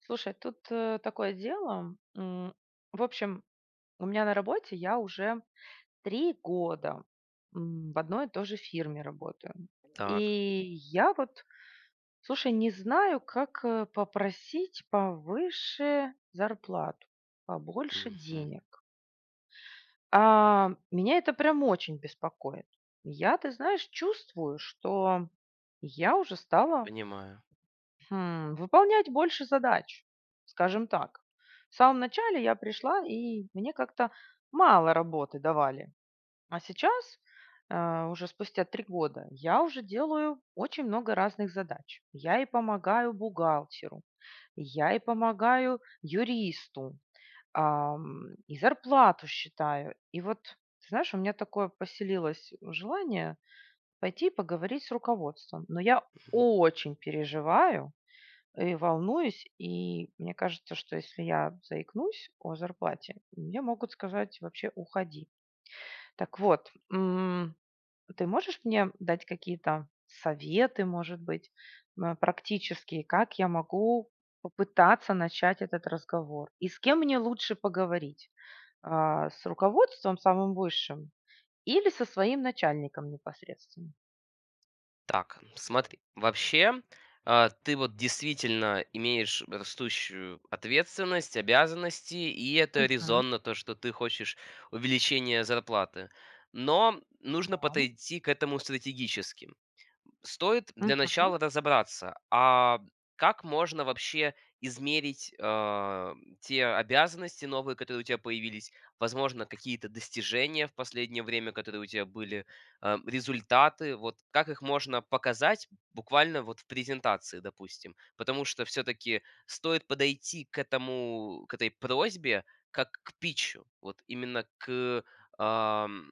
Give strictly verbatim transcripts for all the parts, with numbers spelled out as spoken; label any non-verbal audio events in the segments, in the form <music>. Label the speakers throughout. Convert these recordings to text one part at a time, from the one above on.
Speaker 1: Слушай, тут э, такое дело. М, В общем, у меня на работе я уже три года м, в одной и той же фирме работаю. И
Speaker 2: Так,
Speaker 1: я вот, слушай, не знаю, как э, попросить повыше зарплату, побольше
Speaker 2: мгм.
Speaker 1: денег. А меня это прям очень беспокоит. Я, ты знаешь, чувствую, что я уже стала
Speaker 2: Понимаю.
Speaker 1: Хм, выполнять больше задач, скажем так. В самом начале я пришла, и мне как-то мало работы давали. А сейчас, э, уже спустя три года, я уже делаю очень много разных задач. Я и помогаю бухгалтеру, я и помогаю юристу, ам, и зарплату считаю. И вот, ты знаешь, у меня такое поселилось желание пойти и поговорить с руководством. Но я
Speaker 2: Мгм.
Speaker 1: очень переживаю, и волнуюсь, и мне кажется, что если я заикнусь о зарплате, мне могут сказать вообще уходи. Так вот, м, ты можешь мне дать какие-то советы, может быть, м, практические, как я могу попытаться начать этот разговор? И с кем мне лучше поговорить? А, С руководством самым высшим или со своим начальником непосредственно?
Speaker 2: Так, смотри, вообще, а, ты вот действительно имеешь растущую ответственность, обязанности, и это
Speaker 1: Мгм.
Speaker 2: резонно, то, что ты хочешь увеличения зарплаты. Но нужно
Speaker 1: Да.
Speaker 2: подойти к этому стратегически. Стоит для
Speaker 1: Мгм.
Speaker 2: начала разобраться, а как можно вообще измерить, а, те обязанности новые, которые у тебя появились, возможно, какие-то достижения в последнее время, которые у тебя были, а, результаты. Вот как их можно показать буквально вот в презентации, допустим? Потому что все таки стоит подойти к этому к этой просьбе как к питчу, вот именно к, ам,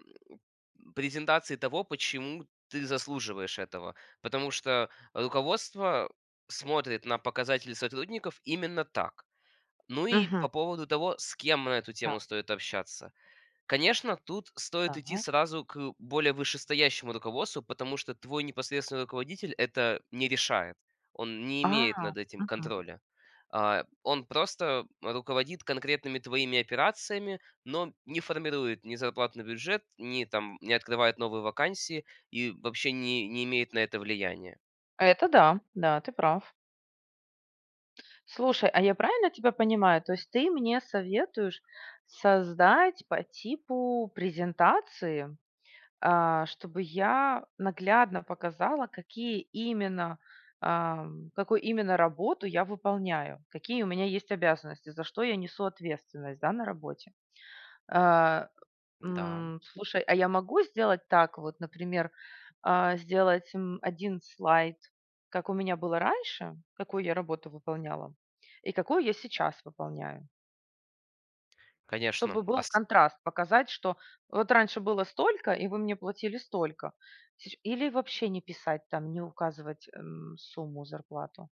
Speaker 2: презентации того, почему ты заслуживаешь этого. Потому что руководство смотрит на показатели сотрудников именно так. Ну и
Speaker 1: Мгм.
Speaker 2: по поводу того, с кем на эту
Speaker 1: Да,
Speaker 2: тему стоит общаться. Конечно, тут стоит идти
Speaker 1: да.
Speaker 2: сразу к более вышестоящему руководству, потому что твой непосредственный руководитель это не решает. Он не
Speaker 1: А,
Speaker 2: имеет над этим
Speaker 1: мгм.
Speaker 2: контроля. А, Он просто руководит конкретными твоими операциями, но не формирует ни зарплатный бюджет, ни там не открывает новые вакансии и вообще не, не имеет на это влияния.
Speaker 1: Это да, да, ты прав. Слушай, а я правильно тебя понимаю? То есть ты мне советуешь создать по типу презентации, а, чтобы я наглядно показала, какие именно, ам, какую именно работу я выполняю, какие у меня есть обязанности, за что я несу ответственность, да, на работе. А,
Speaker 2: Да,
Speaker 1: М, слушай, а я могу сделать так вот, например, а, сделать, м, один слайд, как у меня было раньше, какую я работу выполняла, и какую я сейчас выполняю.
Speaker 2: конечно.
Speaker 1: Чтобы
Speaker 2: А
Speaker 1: был контраст, показать, что вот раньше было столько, и вы мне платили столько. Сеч или вообще не писать там, не указывать, эм, сумму, зарплату.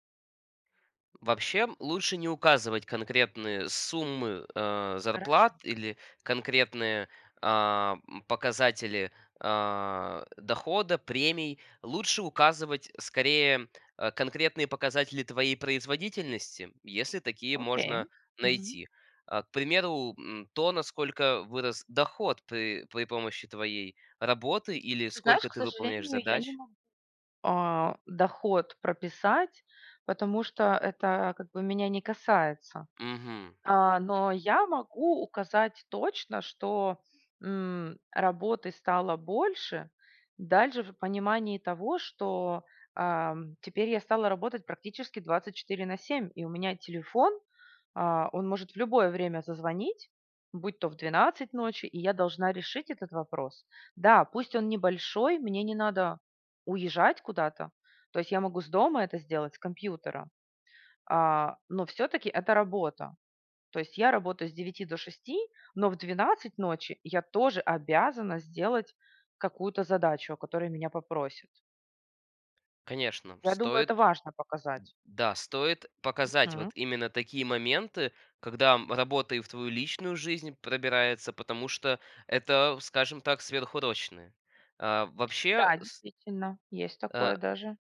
Speaker 2: Вообще лучше не указывать конкретные суммы э,
Speaker 1: Хорошо,
Speaker 2: зарплат или конкретные а, м, показатели а, дохода, премий. Лучше указывать скорее э, конкретные показатели твоей производительности, если такие
Speaker 1: окей.
Speaker 2: можно
Speaker 1: Мгм.
Speaker 2: найти. А, К примеру, м, то, насколько вырос доход при, при помощи твоей работы или
Speaker 1: Ты знаешь,
Speaker 2: сколько
Speaker 1: к
Speaker 2: ты выполняешь
Speaker 1: сожалению, я не
Speaker 2: задач.
Speaker 1: могу а, доход прописать, потому что это как бы меня не касается.
Speaker 2: Мгм.
Speaker 1: А, но я могу указать точно, что, м, работы стало больше, дальше в понимании того, что, ам, теперь я стала работать практически двадцать четыре на семь, и у меня телефон, а, он может в любое время зазвонить, будь то в двенадцать ночи, и я должна решить этот вопрос. Да, пусть он небольшой, мне не надо уезжать куда-то, то есть я могу с дома это сделать, с компьютера, а, но все-таки это работа. То есть я работаю с девяти до шести, но в двенадцать ночи я тоже обязана сделать какую-то задачу, о которой меня попросят.
Speaker 2: Конечно,
Speaker 1: Я думаю,
Speaker 2: стоит.
Speaker 1: это важно показать.
Speaker 2: Да, стоит показать
Speaker 1: Мгм.
Speaker 2: вот именно такие моменты, когда м, работа и в твою личную жизнь пробирается, потому что это, скажем так, сверхурочные. А, Вообще
Speaker 1: Да,
Speaker 2: с-
Speaker 1: действительно, есть такое
Speaker 2: а,
Speaker 1: даже.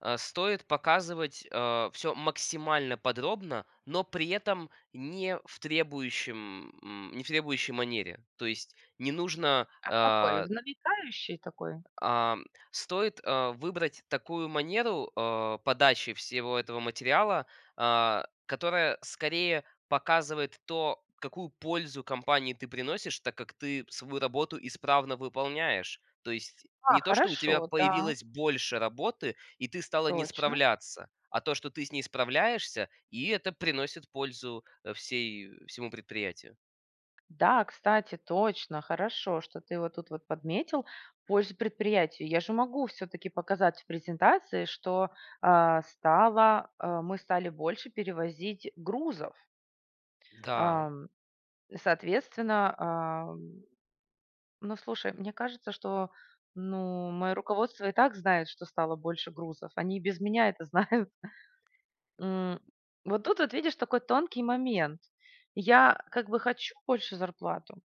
Speaker 2: а, стоит показывать все максимально подробно, но при этом не в требующем, м, не в требующей манере. То есть не нужно.
Speaker 1: А в какой?
Speaker 2: а,
Speaker 1: В намекающий такой?
Speaker 2: Ам, стоит, а, выбрать такую манеру, а, подачи всего этого материала, а, которая скорее показывает то, какую пользу компании ты приносишь, так как ты свою работу исправно выполняешь. То есть
Speaker 1: А,
Speaker 2: не то, что у тебя
Speaker 1: хорошо, да,
Speaker 2: появилось больше работы, и ты стала не
Speaker 1: точно.
Speaker 2: справляться, а то, что ты с ней справляешься, и это приносит пользу, э, всей всему предприятию.
Speaker 1: Да, кстати, точно, хорошо, что ты вот тут вот подметил пользу предприятию. Я же могу все-таки показать в презентации, что а, стало, а, мы стали больше перевозить грузов.
Speaker 2: Да.
Speaker 1: Ам, соответственно, ам, ну, слушай, мне кажется, что, ну, мое руководство и так знает, что стало больше грузов. Они и без меня это <laughs> знают. М, вот тут вот видишь такой тонкий момент. Я как бы хочу больше зарплату,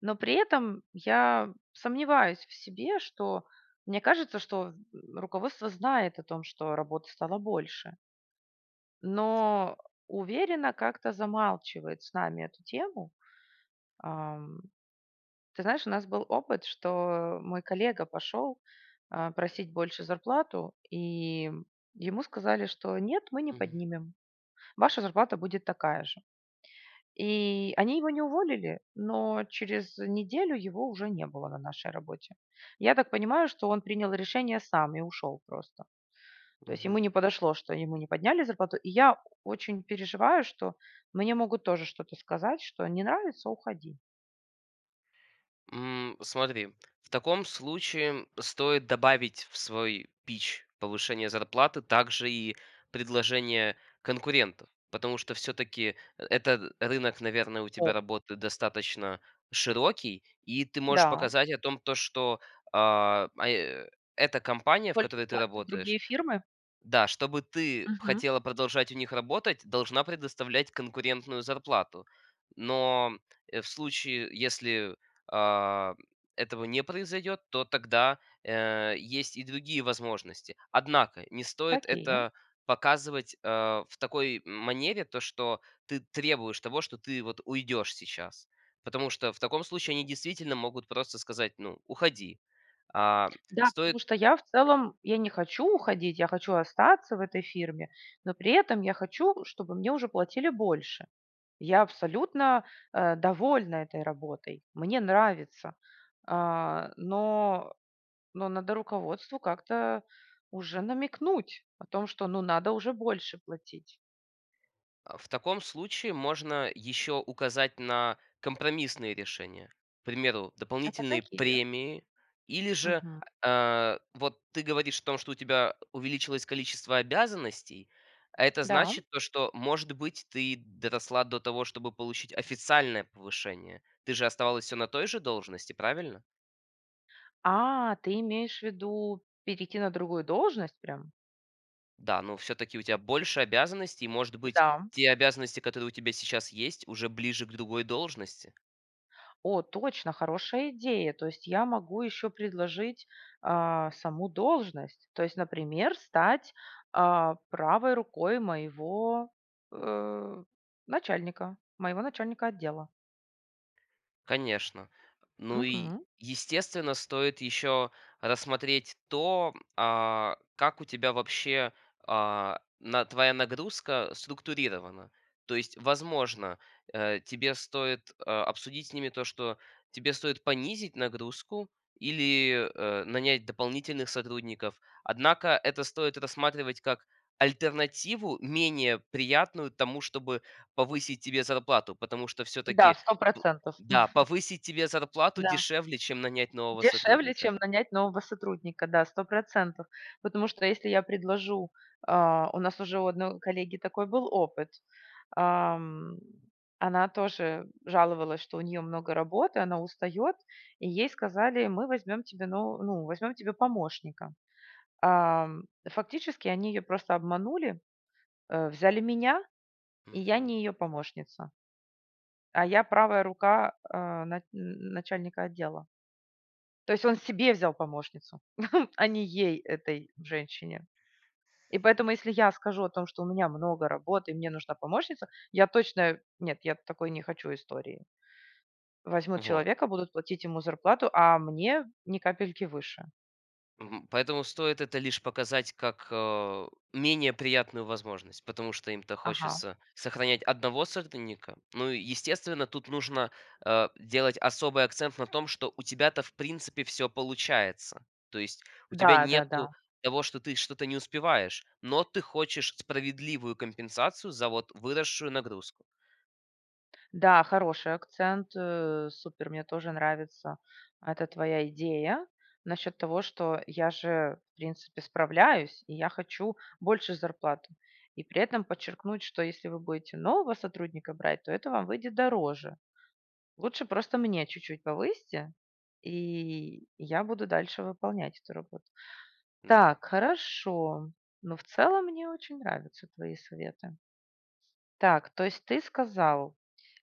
Speaker 1: но при этом я сомневаюсь в себе, что мне кажется, что м, руководство знает о том, что работы стало больше, но уверенно как-то замалчивает с нами эту тему. Ам, Ты знаешь, у нас был опыт, что мой коллега пошел а, просить больше зарплату, и ему сказали, что нет, мы не
Speaker 2: Мгм.
Speaker 1: поднимем, ваша зарплата будет такая же. И они его не уволили, но через неделю его уже не было на нашей работе. Я так понимаю, что он принял решение сам и ушел просто. То есть ему
Speaker 2: Мгм.
Speaker 1: не подошло, что ему не подняли зарплату. И я очень переживаю, что мне могут тоже что-то сказать, что не нравится, уходи.
Speaker 2: М, смотри, в таком случае стоит добавить в свой пич повышение зарплаты, также и предложение конкурентов, потому что все-таки этот рынок, наверное, у
Speaker 1: О,
Speaker 2: тебя работы достаточно широкий, и ты можешь
Speaker 1: да,
Speaker 2: показать о том, то, что а, а, э, эта компания, в
Speaker 1: сколько
Speaker 2: которой ты
Speaker 1: платят
Speaker 2: работаешь,
Speaker 1: другие фирмы?
Speaker 2: да, чтобы ты
Speaker 1: Мгм.
Speaker 2: хотела продолжать у них работать, должна предоставлять конкурентную зарплату. Но э, в случае, если а, этого не произойдет, то тогда э, есть и другие возможности. Однако не стоит
Speaker 1: Какие?
Speaker 2: это показывать э, в такой манере, то что ты требуешь того, что ты вот уйдешь сейчас. Потому что в таком случае они действительно могут просто сказать, ну, уходи. А
Speaker 1: Да,
Speaker 2: стоит
Speaker 1: потому что я в целом, я не хочу уходить, я хочу остаться в этой фирме, но при этом я хочу, чтобы мне уже платили больше. Я абсолютно, э, довольна этой работой, мне нравится. А, но, но надо руководству как-то уже намекнуть о том, что ну надо уже больше платить.
Speaker 2: А, В таком случае можно еще указать на компромиссные решения. К примеру,
Speaker 1: Это
Speaker 2: дополнительные
Speaker 1: какие?
Speaker 2: премии. Или же
Speaker 1: Мгм.
Speaker 2: а, вот ты говоришь о том, что у тебя увеличилось количество обязанностей, а это
Speaker 1: Да.
Speaker 2: значит то, что, может быть, ты доросла до того, чтобы получить официальное повышение. Ты же оставалась все на той же должности, правильно?
Speaker 1: А, ты имеешь в виду перейти на другую должность прям?
Speaker 2: Да, но все-таки у тебя больше обязанностей, и, может быть,
Speaker 1: Да.
Speaker 2: те обязанности, которые у тебя сейчас есть, уже ближе к другой должности.
Speaker 1: О, точно, хорошая идея. То есть я могу еще предложить а, саму должность. То есть, например, стать а, правой рукой моего э, начальника, моего начальника отдела.
Speaker 2: Конечно. Ну и,
Speaker 1: Мгм.
Speaker 2: естественно, стоит еще рассмотреть то, а, как у тебя вообще а, на, твоя нагрузка структурирована. То есть, возможно, э, тебе стоит э, обсудить с ними то, что тебе стоит понизить нагрузку или э, нанять дополнительных сотрудников. Однако это стоит рассматривать как альтернативу менее приятную тому, чтобы повысить тебе зарплату, потому что
Speaker 1: Да,
Speaker 2: все-таки
Speaker 1: сто процентов.
Speaker 2: да, повысить тебе зарплату
Speaker 1: Да.
Speaker 2: дешевле, чем нанять нового
Speaker 1: Дешевле,
Speaker 2: сотрудника.
Speaker 1: чем нанять нового сотрудника, да, сто процентов. Потому что если я предложу, а, у нас уже у одной коллеги такой был опыт. Ам, она тоже жаловалась, что у нее много работы, она устает, и ей сказали: "Мы возьмем тебе, ну, ну, возьмем тебе помощника". Ам, фактически они ее просто обманули, э, взяли меня, и я
Speaker 2: Мгм.
Speaker 1: не ее помощница, а я правая рука, а, на н начальника отдела. То есть он себе взял помощницу, <laughs> а не ей, этой женщине. И поэтому, если я скажу о том, что у меня много работы и мне нужна помощница, я точно нет, я такой не хочу истории. Возьмут
Speaker 2: Вот.
Speaker 1: человека, будут платить ему зарплату, а мне ни капельки выше.
Speaker 2: Мгм. Поэтому стоит это лишь показать как, э, менее приятную возможность, потому что им-то
Speaker 1: Ага.
Speaker 2: хочется сохранять одного сотрудника. Ну и, естественно, тут нужно, э, делать особый акцент на том, что у тебя-то в принципе все получается. То есть у тебя
Speaker 1: Да-да-да. Да,
Speaker 2: нету
Speaker 1: да.
Speaker 2: того, что ты что-то не успеваешь, но ты хочешь справедливую компенсацию за вот выросшую нагрузку.
Speaker 1: Да, хороший акцент, э, супер, мне тоже нравится эта твоя идея насчет того, что я же, в принципе, справляюсь, и я хочу больше зарплаты. И при этом подчеркнуть, что если вы будете нового сотрудника брать, то это вам выйдет дороже. Лучше просто мне чуть-чуть повысьте, и я буду дальше выполнять эту работу.
Speaker 2: Да.
Speaker 1: Так, хорошо. Но в целом мне очень нравятся твои советы. Так, то есть ты сказал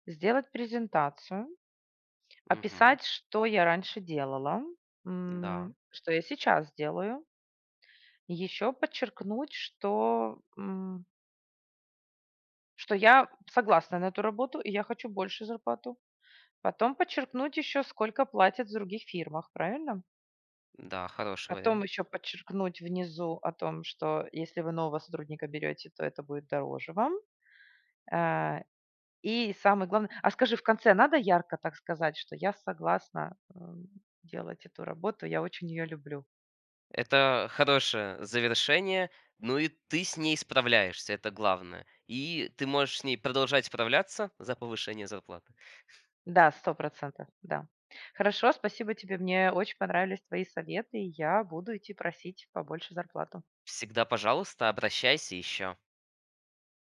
Speaker 1: сделать презентацию,
Speaker 2: Мгм.
Speaker 1: описать, что я раньше делала,
Speaker 2: Да.
Speaker 1: м, что я сейчас делаю, еще подчеркнуть, что, м, что я согласна на эту работу и я хочу больше зарплату. Потом подчеркнуть еще, сколько платят в других фирмах, правильно?
Speaker 2: Да, хороший
Speaker 1: Потом
Speaker 2: вариант.
Speaker 1: еще подчеркнуть внизу о том, что если вы нового сотрудника берете, то это будет дороже вам. А, И самое главное, а скажи, в конце надо ярко так сказать, что я согласна, м, делать эту работу, я очень ее люблю?
Speaker 2: Это хорошее завершение, ну и ты с ней справляешься, это главное. И ты можешь с ней продолжать справляться за повышение зарплаты.
Speaker 1: Да, сто процентов. Да. Хорошо, спасибо тебе. Мне очень понравились твои советы, и я буду идти просить побольше зарплату.
Speaker 2: Всегда, пожалуйста, обращайся еще.